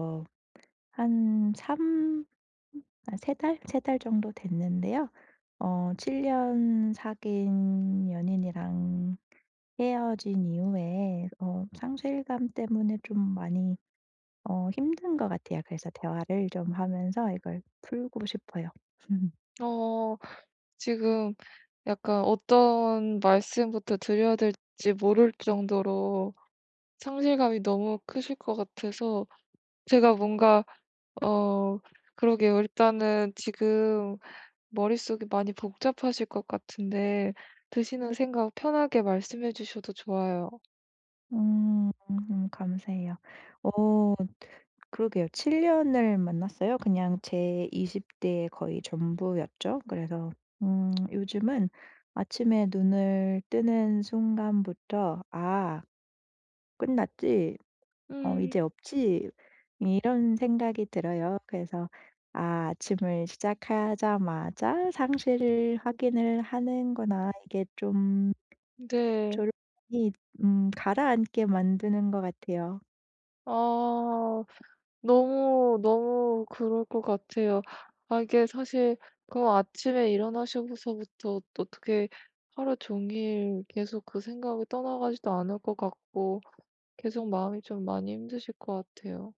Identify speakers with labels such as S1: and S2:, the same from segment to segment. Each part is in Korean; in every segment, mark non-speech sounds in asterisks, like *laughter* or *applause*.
S1: 어, 한3아세 달? 세 달 정도 됐는데요. 7 년 사귄 연인이랑 헤어진 이후에 상실감 때문에 좀 많이 힘든 것 같아요. 그래서 대화를 좀 하면서 이걸 풀고 싶어요. *laughs*
S2: 어, 지금 약간 어떤 말씀부터 드려야 될지 모를 정도로 상실감이 너무 크실 것 같아서 제가 뭔가, 어, 그러게요. 일단은 지금 머릿속이 많이 복잡하실 것 같은데 드시는 생각 편하게 말씀해 주셔도 좋아요.
S1: 감사해요. 어 그러게요. 7 년을 만났어요. 그냥 제 20 대의 거의 전부였죠. 그래서 요즘은 아침에 눈을 뜨는 순간부터 '아 끝났지. 어 이제
S2: 음,
S1: 없지.' 이런 생각이 들어요. 그래서 아침을 시작하자마자 상실을 확인을 하는구나. 이게 좀
S2: 네.
S1: 졸음이 가라앉게 만드는 것 같아요.
S2: 아, 너무, 너무 그럴 것 같아요. 아, 이게 사실 그 아침에 일어나시고서부터 어떻게 하루 종일 계속 그 생각이 떠나가지도 않을 것 같고 계속 마음이 좀 많이 힘드실 것 같아요.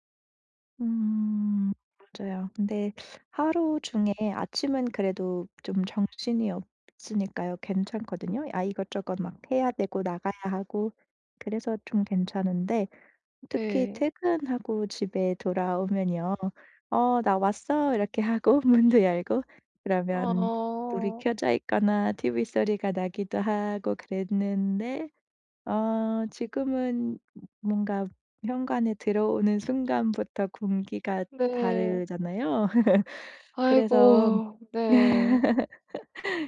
S1: 음. 맞아요. 근데 하루 중에 아침은 그래도 좀 정신이 없으니까요 괜찮거든요. 이것저것 막 해야 되고 나가야 하고 그래서 좀 괜찮은데 특히
S2: 네.
S1: 퇴근하고 집에 돌아오면요. "어 나 왔어." 이렇게 하고 *laughs* 문도 열고 그러면 불이
S2: 아,
S1: 켜져 있거나 TV 소리가 나기도 하고 그랬는데 지금은 뭔가 현관에 들어오는 순간부터 공기가
S2: 네.
S1: 다르잖아요. *laughs* 그래서
S2: 아이고, 네.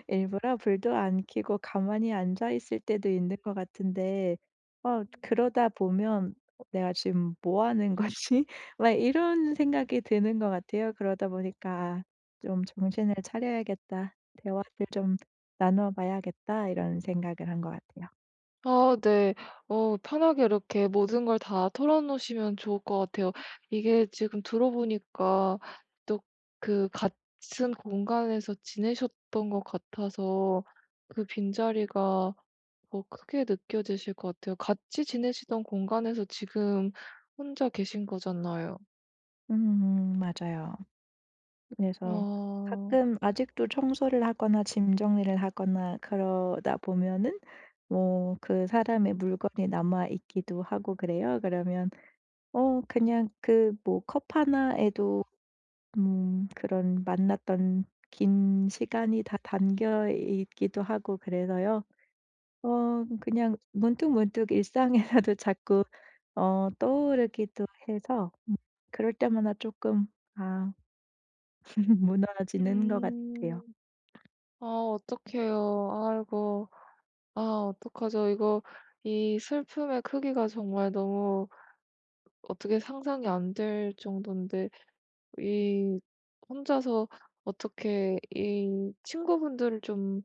S1: 일부러 불도 안 켜고 가만히 앉아 있을 때도 있는 것 같은데 그러다 보면 '내가 지금 뭐 하는 거지?' *laughs* 막 이런 생각이 드는 것 같아요. 그러다 보니까 '아 좀 정신을 차려야겠다. 대화를 좀 나눠 봐야겠다.' 이런 생각을 한 것 같아요.
S2: 아, 네. 편하게 이렇게 모든 걸 다 털어놓으시면 좋을 것 같아요. 이게 지금 들어보니까 또 그 같은 공간에서 지내셨던 것 같아서 그 빈자리가 더 크게 느껴지실 것 같아요. 같이 지내시던 공간에서 지금 혼자 계신 거잖아요.
S1: 맞아요. 그래서
S2: 아.
S1: 가끔 아직도 청소를 하거나 짐 정리를 하거나 그러다 보면은 뭐 그 사람의 물건이 남아 있기도 하고 그래요. 그러면 그냥 그 뭐 컵 하나에도 그런 만났던 긴 시간이 다 담겨 있기도 하고 그래서요. 그냥 문득문득 일상에서도 *laughs* 자꾸 떠오르기도 해서 그럴 때마다 조금 아 *laughs* 무너지는 것
S2: 음.
S1: 같아요.
S2: 아, 어떡해요. 아이고. 아, 어떡하죠. 이거, 이 슬픔의 크기가 정말 너무 어떻게 상상이 안 될 정도인데, 이 혼자서 어떻게 이 친구분들을 좀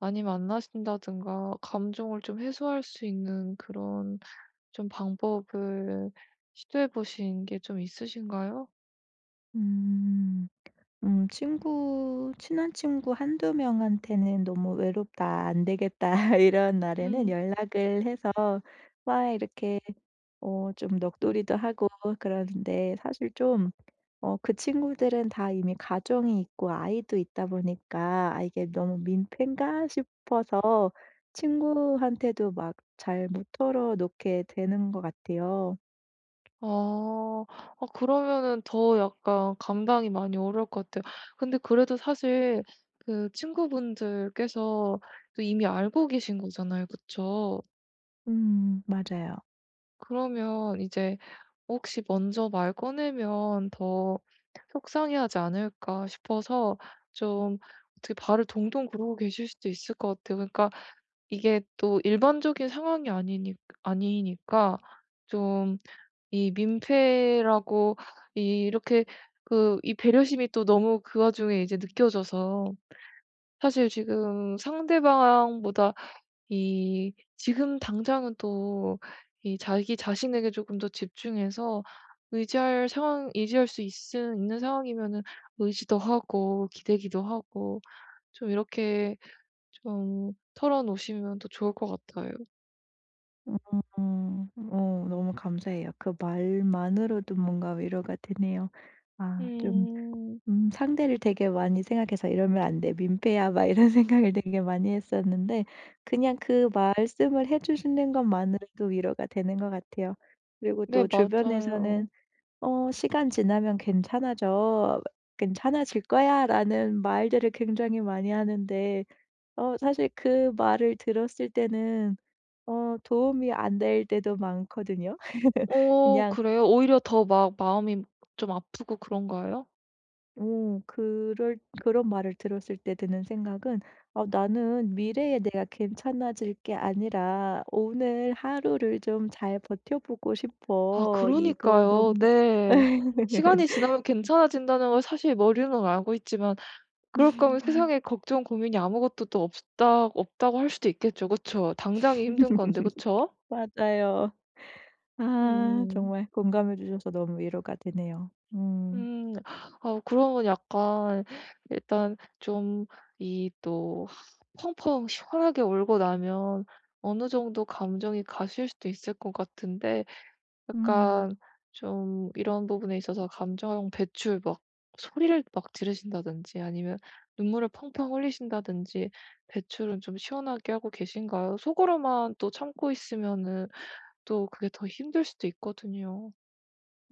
S2: 많이 만나신다든가 감정을 좀 해소할 수 있는 그런 좀 방법을 시도해 보신 게 좀 있으신가요?
S1: 음. 친구 친한 친구 한두 명한테는 '너무 외롭다. 안 되겠다.' *laughs* 이런 날에는
S2: 음.
S1: 연락을 해서 막 이렇게 좀 넋두리도 하고 그러는데 사실 좀 그 친구들은 다 이미 가정이 있고 아이도 있다 보니까 '아 이게 너무 민폐인가?' 싶어서 친구한테도 막 잘 못 털어 놓게 되는 것 같아요.
S2: 아. 아, 그러면은 더 약간 감당이 많이 어려울 것 같아요. 근데 그래도 사실 그 친구분들께서 또 이미 알고 계신 거잖아요. 그쵸?
S1: 맞아요.
S2: 그러면 이제 혹시 먼저 말 꺼내면 더 속상해하지 않을까 싶어서, 좀 어떻게 발을 동동 구르고 계실 수도 있을 것 같아요. 그러니까 이게 또 일반적인 상황이 아니니까, 좀 이 민폐라고 이 이렇게 그 이 배려심이 또 너무 그 와중에 이제 느껴져서, 사실 지금 상대방보다 이 지금 당장은 또 이 자기 자신에게 조금 더 집중해서, 의지할 상황 의지할 수 있 있는 상황이면은 의지도 하고 기대기도 하고 좀 이렇게 좀 털어 놓으시면 더 좋을 것 같아요.
S1: 음. 음. 너무 감사해요. 그 말만으로도 뭔가 위로가 되네요. 좀
S2: 음.
S1: '상대를 되게 많이 생각해서 이러면 안 돼. 민폐야.' 막 이런 *laughs* 생각을 되게 많이 했었는데 그냥 그 말씀을 해 주시는 것만으로도 위로가 되는 것 같아요. 그리고
S2: 네,
S1: 또 주변에서는
S2: 맞아요.
S1: "어 시간 지나면 괜찮아져. 괜찮아질 거야."라는 말들을 굉장히 많이 하는데 사실 그 말을 들었을 때는 도움이 안 될 때도 많거든요. *laughs*
S2: 어,
S1: 그냥
S2: 그래요? 오히려 더 막 마음이 좀 아프고 그런가요?
S1: 그럴 그런 말을 들었을 때 드는 생각은 '어 나는 미래에 내가 괜찮아질 게 아니라 오늘 하루를 좀 잘 버텨보고
S2: 아,
S1: 싶어.' 이거
S2: 그러니까요.
S1: 너무
S2: 네.
S1: *laughs*
S2: 시간이 지나면 괜찮아진다는 걸 사실 머리로는 알고 있지만, 그럴 거면
S1: 음,
S2: 세상에 걱정, 고민이 아무것도 또 없다고 할 수도 있겠죠. 그쵸? 당장이 힘든 건데, 그쵸?
S1: 맞아요.
S2: 음.
S1: 정말 공감해 주셔서 너무 위로가 되네요. 음.
S2: 음. 아, 그러면 약간 일단 좀 이 또 펑펑 시원하게 울고 나면 어느 정도 감정이 가실 수도 있을 것 같은데,
S1: 음.
S2: 약간 좀 이런 부분에 있어서 감정 배출 막 소리를 막 지르신다든지 아니면 눈물을 펑펑 흘리신다든지, 배출은 좀 시원하게 하고 계신가요? 속으로만 또 참고 있으면은 또 그게 더 힘들 수도 있거든요.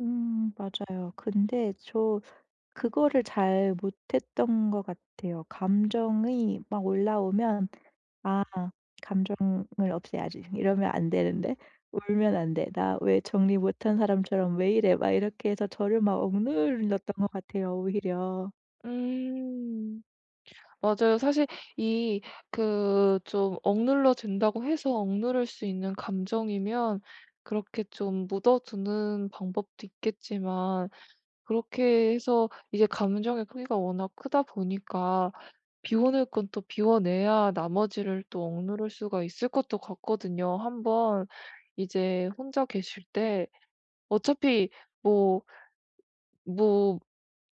S1: 맞아요. 근데 저 그거를 잘 못했던 것 같아요. 감정이 막 올라오면 '아 감정을 없애야지. 이러면 안 되는데. 울면 안 돼. 나 왜 정리 못한 사람처럼 왜 이래.' 막 이렇게 해서 저를 막 억눌렀던 것 같아요 오히려.
S2: 음. 맞아요. 사실 이 그 좀 억눌러진다고 해서 억누를 수 있는 감정이면 그렇게 좀 묻어두는 방법도 있겠지만, 그렇게 해서 이제 감정의 크기가 워낙 크다 보니까, 비워낼 건 또 비워내야 나머지를 또 억누를 수가 있을 것도 같거든요. 한번 이제 혼자 계실 때 어차피 뭐 뭐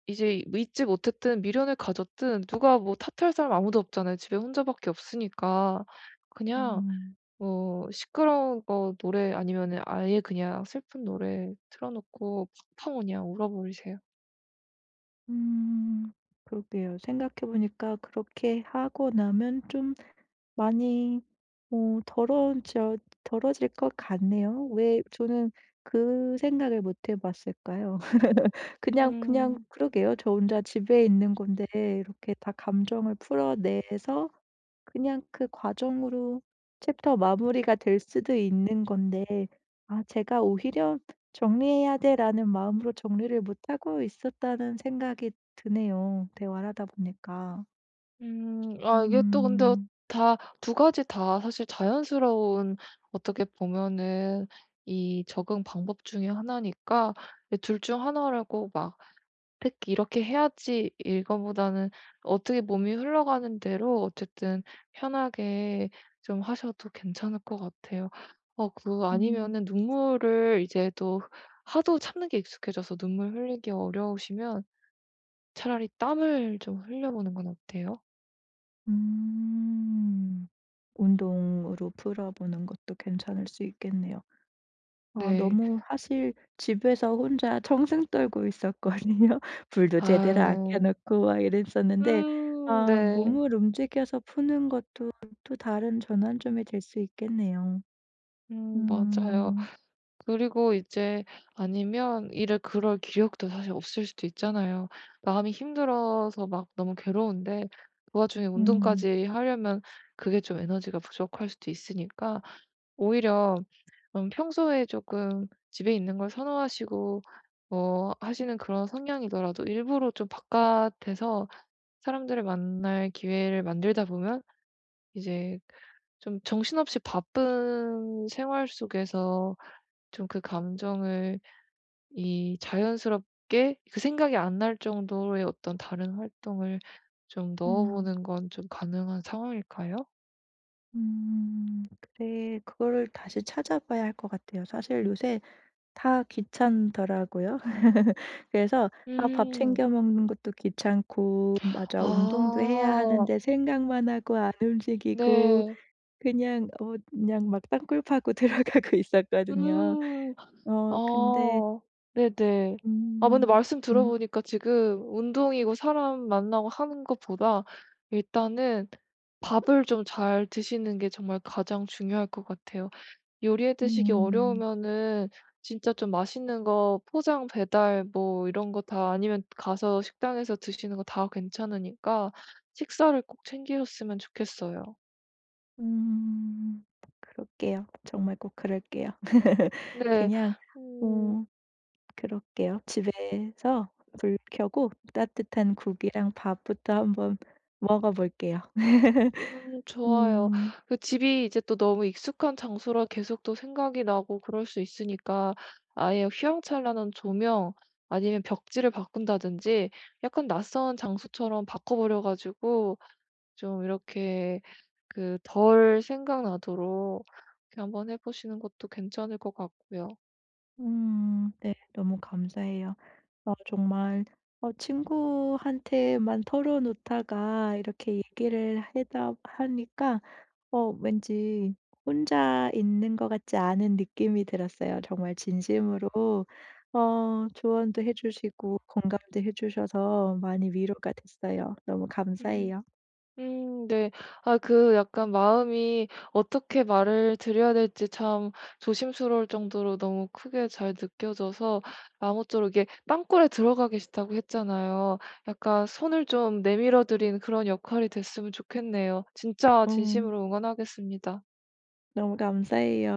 S2: 이제 잊지 못했든 미련을 가졌든 누가 뭐 탓할 사람 아무도 없잖아요. 집에 혼자밖에 없으니까. 그냥
S1: 음.
S2: 뭐 시끄러운 거 노래 아니면은 아예 그냥 슬픈 노래 틀어 놓고 팡팡 그냥 울어 버리세요.
S1: 음. 그러게요. 생각해 보니까 그렇게 하고 나면 좀 많이 어 더러워져 더러워질 것 같네요. 왜 저는 그 생각을 못해 봤을까요? 그냥
S2: 음.
S1: 그러게요. 저 혼자 집에 있는 건데 이렇게 다 감정을 풀어내서 그냥 그 과정으로 챕터 마무리가 될 수도 있는 건데 '아 제가 오히려 정리해야 돼.'라는 마음으로 정리를 못하고 있었다는 생각이 드네요, 대화를 하다 보니까.
S2: 음. 아, 이게 또 근데
S1: 음.
S2: 다 두 가지 다 사실 자연스러운, 어떻게 보면은 이 적응 방법 중에 하나니까, 둘 중 하나라고 막 특히 이렇게 해야지.' 이거보다는 어떻게 몸이 흘러가는 대로 어쨌든 편하게 좀 하셔도 괜찮을 것 같아요. 그
S1: 음.
S2: 아니면은 눈물을 이제 또 하도 참는 게 익숙해져서 눈물 흘리기 어려우시면 차라리 땀을 좀 흘려 보는 건 어때요?
S1: 음. 운동으로 풀어보는 것도 괜찮을 수 있겠네요.
S2: 네.
S1: 너무 사실 집에서 혼자 정승 떨고 있었거든요. *laughs* 불도 제대로 안 켜
S2: 아.
S1: 놓고 막 이랬었는데
S2: 음, 네.
S1: 몸을 움직여서 푸는 것도 또 다른 전환점이 될 수 있겠네요.
S2: 음, 맞아요.
S1: 음.
S2: 그리고 이제 아니면 이를 그럴 기력도 사실 없을 수도 있잖아요. 마음이 힘들어서 막 너무 괴로운데 그 와중에
S1: 음.
S2: 운동까지 하려면 그게 좀 에너지가 부족할 수도 있으니까, 오히려 평소에 조금 집에 있는 걸 선호하시고 뭐 하시는 그런 성향이더라도 일부러 좀 바깥에서 사람들을 만날 기회를 만들다 보면, 이제 좀 정신없이 바쁜 생활 속에서 좀 그 감정을 이 자연스럽게 그 생각이 안 날 정도의 어떤 다른 활동을 좀 넣어
S1: 음.
S2: 보는 건 좀 가능한 상황일까요?
S1: 음. 그래 그거를 다시 찾아봐야 할 것 같아요. 사실 요새 다 귀찮더라고요. *laughs* 그래서 밥
S2: 음.
S1: 챙겨 먹는 것도 귀찮고 맞아 운동도 해야
S2: 아.
S1: 하는데 생각만 하고 안 움직이고
S2: 네.
S1: 그냥 막 땅굴 파고 *laughs* 들어가고 있었거든요.
S2: 음.
S1: 근데
S2: 아. 네네. 아, 근데
S1: 음
S2: 말씀 들어
S1: 좀
S2: 보니까 지금 운동이고 사람 만나고 하는 것보다 일단은 밥을 좀 잘 드시는 게 정말 가장 중요할 것 같아요. 요리해 드시기
S1: 음.
S2: 어려우면은 진짜 좀 맛있는 거 포장 배달 뭐 이런 거 다 아니면 가서 식당에서 드시는 거 다 괜찮으니까 식사를 꼭 챙기셨으면 좋겠어요.
S1: 음. 그럴게요. 정말 꼭 그럴게요. *laughs*
S2: 네.
S1: 그냥
S2: 음.
S1: 어 그럴게요. 집에서 불 켜고 따뜻한 국이랑 밥부터 한번 먹어 볼게요.
S2: 음,
S1: *laughs*
S2: 좋아요.
S1: 음.
S2: 그 집이 이제 또 너무 익숙한 장소라 계속 또 생각이 나고 그럴 수 있으니까, 아예 휘황찬란한 조명 아니면 벽지를 바꾼다든지, 약간 낯선 장소처럼 바꿔 버려 가지고 좀 이렇게 그 덜 생각나도록 이렇게 한번 해 보시는 것도 괜찮을 것 같고요.
S1: 음. 네. 너무 감사해요. 정말 친구한테만 털어놓다가 이렇게 얘기를 하다 하니까 왠지 혼자 있는 것 같지 않은 느낌이 들었어요. 정말 진심으로 조언도 해 주시고 공감도 해 주셔서 많이 위로가 됐어요. 너무
S2: 음.
S1: 감사해요.
S2: 음, 네. 아, 그 약간 마음이 어떻게 말을 드려야 될지 참 조심스러울 정도로 너무 크게 잘 느껴져서, 아무쪼록 이게 빵꾸에 들어가 계시다고 했잖아요. 약간 손을 좀 내밀어 드린 그런 역할이 됐으면 좋겠네요. 진짜
S1: 음.
S2: 진심으로 응원하겠습니다.
S1: 너무 감사해요.